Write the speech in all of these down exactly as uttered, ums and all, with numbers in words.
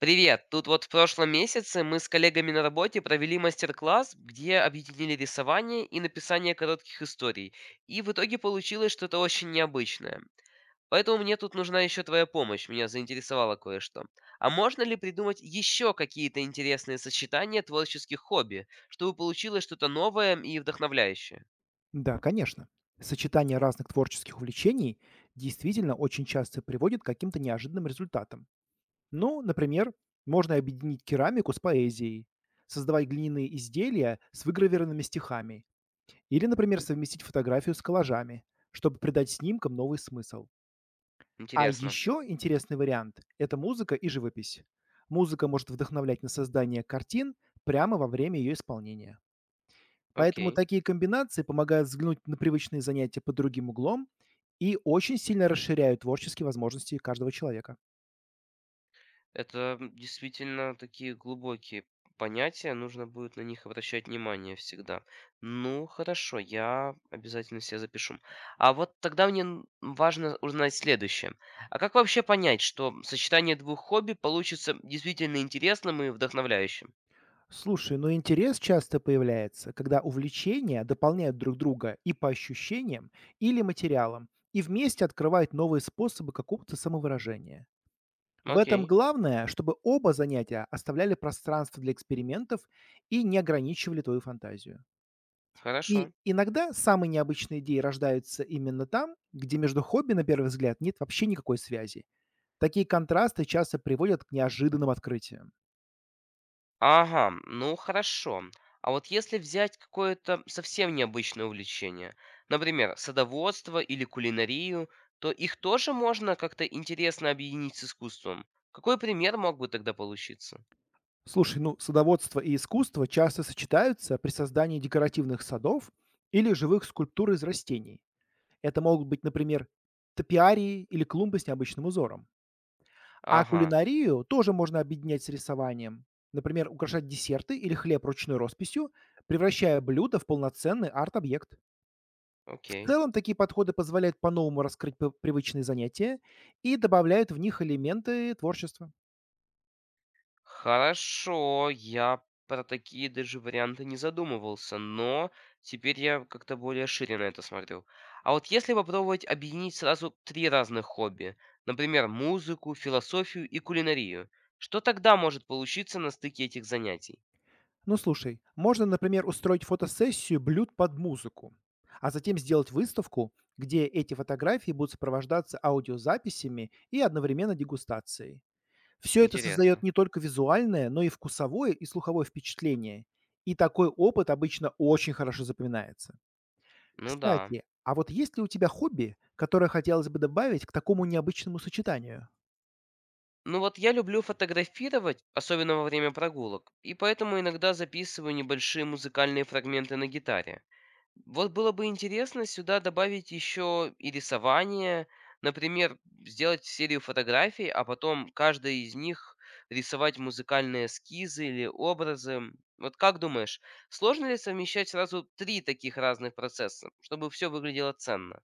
Привет! Тут вот в прошлом месяце мы с коллегами на работе провели мастер-класс, где объединили рисование и написание коротких историй. И в итоге получилось что-то очень необычное. Поэтому мне тут нужна еще твоя помощь, меня заинтересовало кое-что. А можно ли придумать еще какие-то интересные сочетания творческих хобби, чтобы получилось что-то новое и вдохновляющее? Да, конечно. Сочетание разных творческих увлечений действительно очень часто приводит к каким-то неожиданным результатам. Ну, например, можно объединить керамику с поэзией, создавать глиняные изделия с выгравированными стихами или, например, совместить фотографию с коллажами, чтобы придать снимкам новый смысл. А Интересно. еще интересный вариант– это музыка и живопись. Музыка может вдохновлять на создание картин прямо во время ее исполнения. Поэтому Окей. такие комбинации помогают взглянуть на привычные занятия под другим углом и очень сильно расширяют творческие возможности каждого человека. Это, м, действительно такие глубокие понятия, нужно будет на них обращать внимание всегда. Ну, хорошо, я обязательно себе запишу. А вот тогда мне н- важно узнать следующее. А как вообще понять, что сочетание двух хобби получится действительно интересным и вдохновляющим? Слушай, ну интерес часто появляется, когда увлечения дополняют друг друга и по ощущениям, или материалам, и вместе открывают новые способы какого-то самовыражения. В этом Окей, главное, чтобы оба занятия оставляли пространство для экспериментов и не ограничивали твою фантазию. хорошо. И иногда самые необычные идеи рождаются именно там, где между хобби, на первый взгляд, нет вообще никакой связи. Такие контрасты часто приводят к неожиданным открытиям. Ага, ну хорошо. А вот если взять какое-то совсем необычное увлечение, например, садоводство или кулинарию, то их тоже можно как-то интересно объединить с искусством. Какой пример мог бы тогда получиться? Слушай, ну, садоводство и искусство часто сочетаются при создании декоративных садов или живых скульптур из растений. Это могут быть, например, топиарии или клумбы с необычным узором. А Ага, кулинарию тоже можно объединять с рисованием. Например, украшать десерты или хлеб ручной росписью, превращая блюдо в полноценный арт-объект. В окей. целом такие подходы позволяют по-новому раскрыть п- привычные занятия и добавляют в них элементы творчества. Хорошо, я про такие даже варианты не задумывался, но теперь я как-то более шире на это смотрю. А вот если попробовать объединить сразу три разных хобби, например, музыку, философию и кулинарию, что тогда может получиться на стыке этих занятий? Ну слушай, можно, например, устроить фотосессию блюд под музыку, а затем сделать выставку, где эти фотографии будут сопровождаться аудиозаписями и одновременно дегустацией. Все это создает Интересно. не только визуальное, но и вкусовое и слуховое впечатление. И такой опыт обычно очень хорошо запоминается. Ну да. Кстати, а вот есть ли у тебя хобби, которое хотелось бы добавить к такому необычному сочетанию? Ну вот я люблю фотографировать, особенно во время прогулок, и поэтому иногда записываю небольшие музыкальные фрагменты на гитаре. Вот было бы интересно сюда добавить еще и рисование. Например, сделать серию фотографий, а потом каждой из них рисовать музыкальные эскизы или образы. Вот как думаешь, сложно ли совмещать сразу три таких разных процесса, чтобы все выглядело ценно?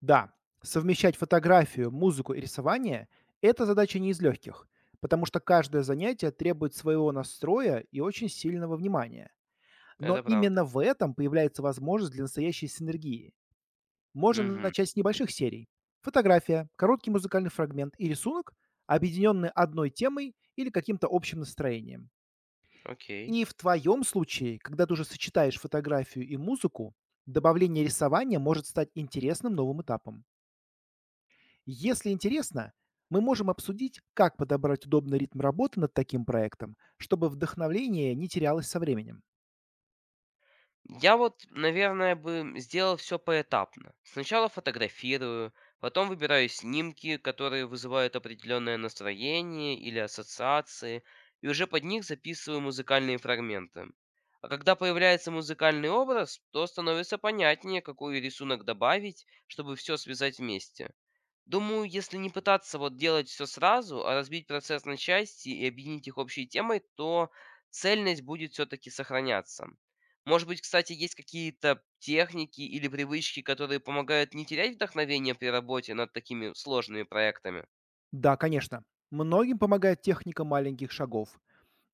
Да, совмещать фотографию, музыку и рисование– это задача не из легких, потому что каждое занятие требует своего настроя и очень сильного внимания. Но Это правда. именно в этом появляется возможность для настоящей синергии. Можно Угу, начать с небольших серий. Фотография, короткий музыкальный фрагмент и рисунок, объединенные одной темой или каким-то общим настроением. окей. И в твоем случае, когда ты уже сочетаешь фотографию и музыку, добавление рисования может стать интересным новым этапом. Если интересно, мы можем обсудить, как подобрать удобный ритм работы над таким проектом, чтобы вдохновление не терялось со временем. Я вот, наверное, бы сделал все поэтапно. Сначала фотографирую, потом выбираю снимки, которые вызывают определенное настроение или ассоциации, и уже под них записываю музыкальные фрагменты. А когда появляется музыкальный образ, то становится понятнее, какой рисунок добавить, чтобы все связать вместе. Думаю, если не пытаться вот делать все сразу, а разбить процесс на части и объединить их общей темой, то цельность будет все таки сохраняться. Может быть, кстати, есть какие-то техники или привычки, которые помогают не терять вдохновение при работе над такими сложными проектами? Да, конечно, многим помогает техника маленьких шагов.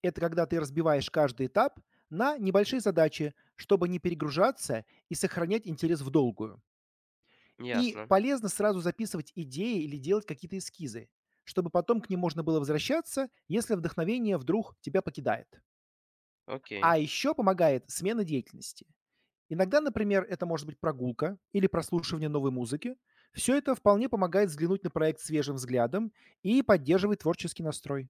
Это когда ты разбиваешь каждый этап на небольшие задачи, чтобы не перегружаться и сохранять интерес в долгую. И Ясно. полезно сразу записывать идеи или делать какие-то эскизы, чтобы потом к ним можно было возвращаться, если вдохновение вдруг тебя покидает. А Окей. еще помогает смена деятельности. Иногда, например, это может быть прогулка или прослушивание новой музыки. Все это вполне помогает взглянуть на проект свежим взглядом и поддерживает творческий настрой.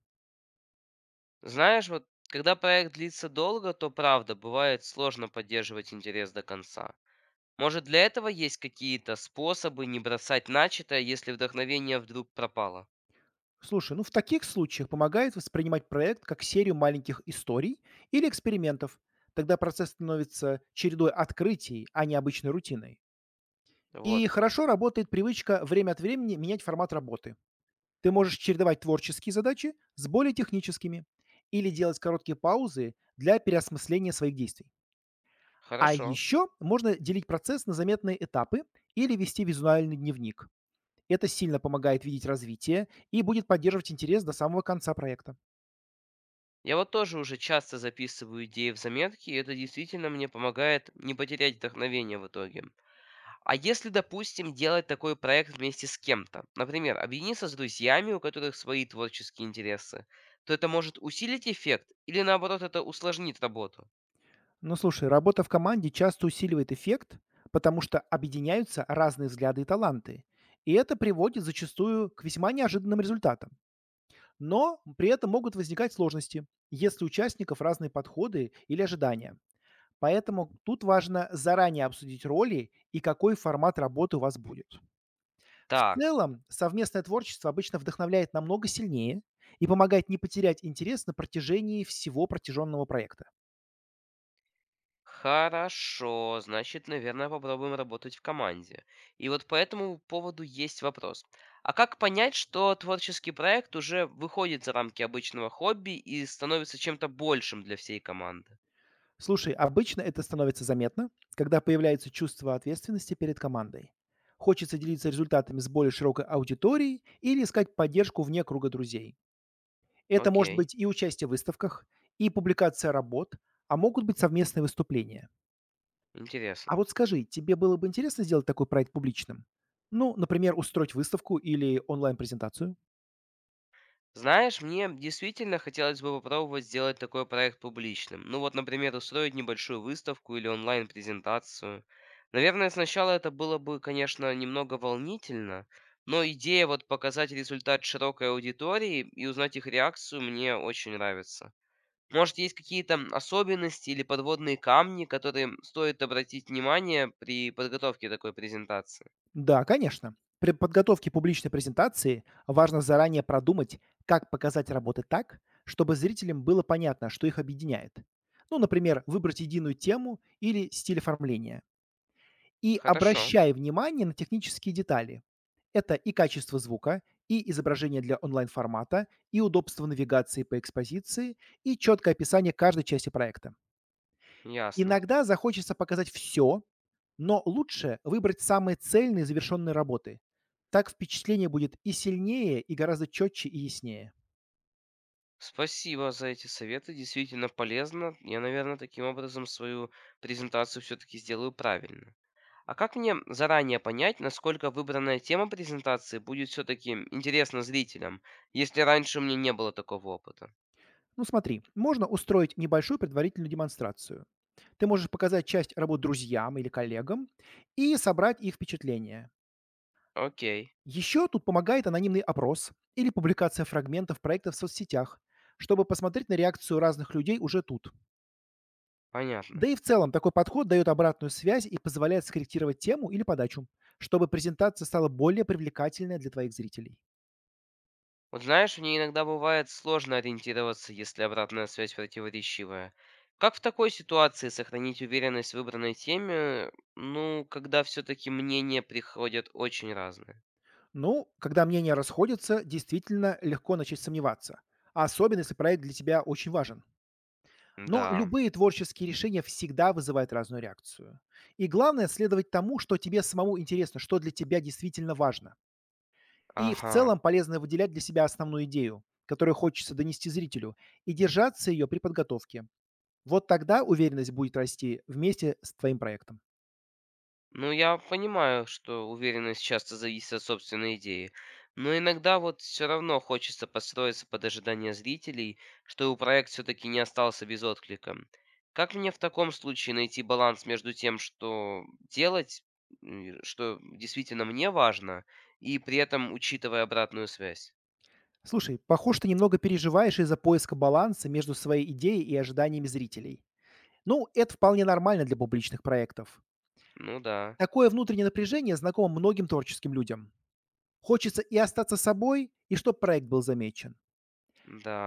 Знаешь, вот когда проект длится долго, то правда бывает сложно поддерживать интерес до конца. Может, для этого есть какие-то способы не бросать начатое, если вдохновение вдруг пропало? Слушай, ну в таких случаях помогает воспринимать проект как серию маленьких историй или экспериментов. Тогда процесс становится чередой открытий, а не обычной рутиной. И Вот как. хорошо работает привычка время от времени менять формат работы. Ты можешь чередовать творческие задачи с более техническими или делать короткие паузы для переосмысления своих действий. А Хорошо. еще можно делить процесс на заметные этапы или вести визуальный дневник. Это сильно помогает видеть развитие и будет поддерживать интерес до самого конца проекта. Я вот тоже уже часто записываю идеи в заметки, и это действительно мне помогает не потерять вдохновение в итоге. А если, допустим, делать такой проект вместе с кем-то, например, объединиться с друзьями, у которых свои творческие интересы, то это может усилить эффект или наоборот это усложнит работу? Ну слушай, работа в команде часто усиливает эффект, потому что объединяются разные взгляды и таланты. И это приводит зачастую к весьма неожиданным результатам. Но при этом могут возникать сложности, если у участников разные подходы или ожидания. Поэтому тут важно заранее обсудить роли и какой формат работы у вас будет. В Так. целом, совместное творчество обычно вдохновляет намного сильнее и помогает не потерять интерес на протяжении всего протяженного проекта. Хорошо, значит, наверное, попробуем работать в команде. И вот по этому поводу есть вопрос. А как понять, что творческий проект уже выходит за рамки обычного хобби и становится чем-то большим для всей команды? Слушай, обычно это становится заметно, когда появляется чувство ответственности перед командой. Хочется делиться результатами с более широкой аудиторией или искать поддержку вне круга друзей. Это может Окей, быть и участие в выставках, и публикация работ, а могут быть совместные выступления. интересно. А вот скажи, тебе было бы интересно сделать такой проект публичным? Ну, например, устроить выставку или онлайн-презентацию? Знаешь, мне действительно хотелось бы попробовать сделать такой проект публичным. Ну вот, например, устроить небольшую выставку или онлайн-презентацию. Наверное, сначала это было бы, конечно, немного волнительно, но идея вот показать результат широкой аудитории и узнать их реакцию мне очень нравится. Может, есть какие-то особенности или подводные камни, которые стоит обратить внимание при подготовке такой презентации? Да, конечно. При подготовке публичной презентации важно заранее продумать, как показать работы так, чтобы зрителям было понятно, что их объединяет. Ну, например, выбрать единую тему или стиль оформления. И Хорошо, обращай внимание на технические детали, это и качество звука, и изображение для онлайн-формата, и удобство навигации по экспозиции, и четкое описание каждой части проекта. ясно. Иногда захочется показать все, но лучше выбрать самые цельные завершенные работы. Так впечатление будет и сильнее, и гораздо четче и яснее. Спасибо за эти советы, действительно полезно. Я, наверное, таким образом свою презентацию все-таки сделаю правильно. А как мне заранее понять, насколько выбранная тема презентации будет все-таки интересна зрителям, если раньше у меня не было такого опыта? Ну смотри, можно устроить небольшую предварительную демонстрацию. Ты можешь показать часть работ друзьям или коллегам и собрать их впечатления. Окей, Еще тут помогает анонимный опрос или публикация фрагментов проекта в соцсетях, чтобы посмотреть на реакцию разных людей уже тут. Да понятно. и в целом такой подход дает обратную связь и позволяет скорректировать тему или подачу, чтобы презентация стала более привлекательной для твоих зрителей. Вот знаешь, мне иногда бывает сложно ориентироваться, если обратная связь противоречивая. Как в такой ситуации сохранить уверенность в выбранной теме, ну, когда все-таки мнения приходят очень разные? Ну, когда мнения расходятся, действительно легко начать сомневаться, а особенно если проект для тебя очень важен. Но Да. любые творческие решения всегда вызывают разную реакцию. И главное следовать тому, что тебе самому интересно, что для тебя действительно важно. И в целом Ага. полезно выделять для себя основную идею, которую хочется донести зрителю, и держаться ее при подготовке. Вот тогда уверенность будет расти вместе с твоим проектом. Ну, я понимаю, что уверенность часто зависит от собственной идеи. Но иногда вот все равно хочется подстроиться под ожидания зрителей, чтобы проект все-таки не остался без отклика. Как мне в таком случае найти баланс между тем, что делать, м, что действительно мне важно, и при этом учитывая обратную связь? Слушай, похоже, ты немного переживаешь из-за поиска баланса между своей идеей и ожиданиями зрителей. Ну, это вполне нормально для публичных проектов. Ну да, Такое внутреннее напряжение знакомо многим творческим людям. Хочется и остаться собой, и чтобы проект был замечен.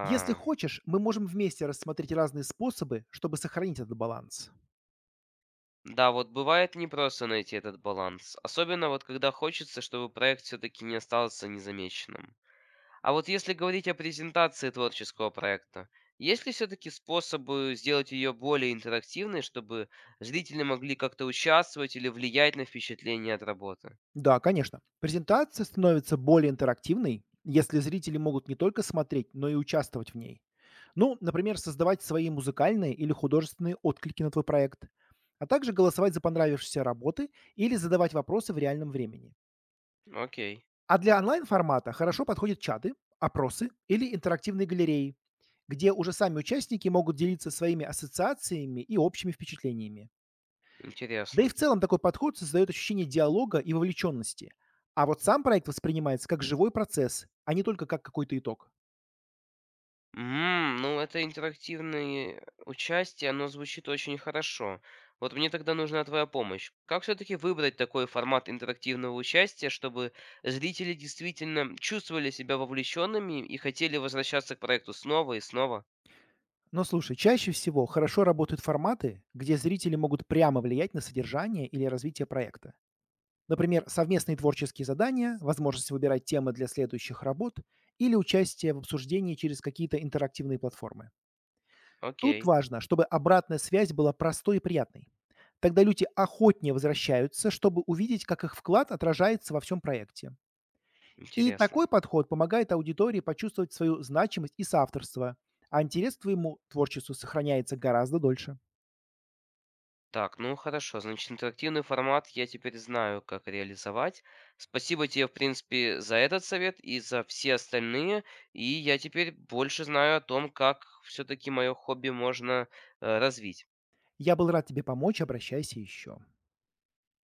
Если хочешь, мы можем вместе рассмотреть разные способы, чтобы сохранить этот баланс. Да, вот бывает непросто найти этот баланс, особенно вот когда хочется, чтобы проект все-таки не остался незамеченным. А вот если говорить о презентации творческого проекта, есть ли все-таки способы сделать ее более интерактивной, чтобы зрители могли как-то участвовать или влиять на впечатление от работы? Да, конечно. Презентация становится более интерактивной, если зрители могут не только смотреть, но и участвовать в ней. Ну, например, создавать свои музыкальные или художественные отклики на твой проект, а также голосовать за понравившиеся работы или задавать вопросы в реальном времени. Ну, окей, А для онлайн-формата хорошо подходят чаты, опросы или интерактивные галереи, где уже сами участники могут делиться своими ассоциациями и общими впечатлениями. Да и в интересно. целом такой подход создает ощущение диалога и вовлеченности. А вот сам проект воспринимается как живой процесс, а не только как какой-то итог. М, ну это интерактивное участие, оно звучит очень хорошо. Вот мне тогда нужна твоя помощь. Как все-таки выбрать такой формат интерактивного участия, чтобы зрители действительно чувствовали себя вовлеченными и хотели возвращаться к проекту снова и снова? Но слушай, чаще всего хорошо работают форматы, где зрители могут прямо влиять на содержание или развитие проекта. Например, совместные творческие задания, возможность выбирать темы для следующих работ или участие в обсуждении через какие-то интерактивные платформы. Тут Окей. важно, чтобы обратная связь была простой и приятной. Тогда люди охотнее возвращаются, чтобы увидеть, как их вклад отражается во всем проекте. И такой Интересно. подход помогает аудитории почувствовать свою значимость и соавторство, а интерес к твоему творчеству сохраняется гораздо дольше. Так, ну хорошо, значит, интерактивный формат я теперь знаю, как реализовать. Спасибо тебе, в принципе, за этот совет и за все остальные. И я теперь больше знаю о том, как все-таки мое хобби можно э, развить. Я был рад тебе помочь, обращайся еще.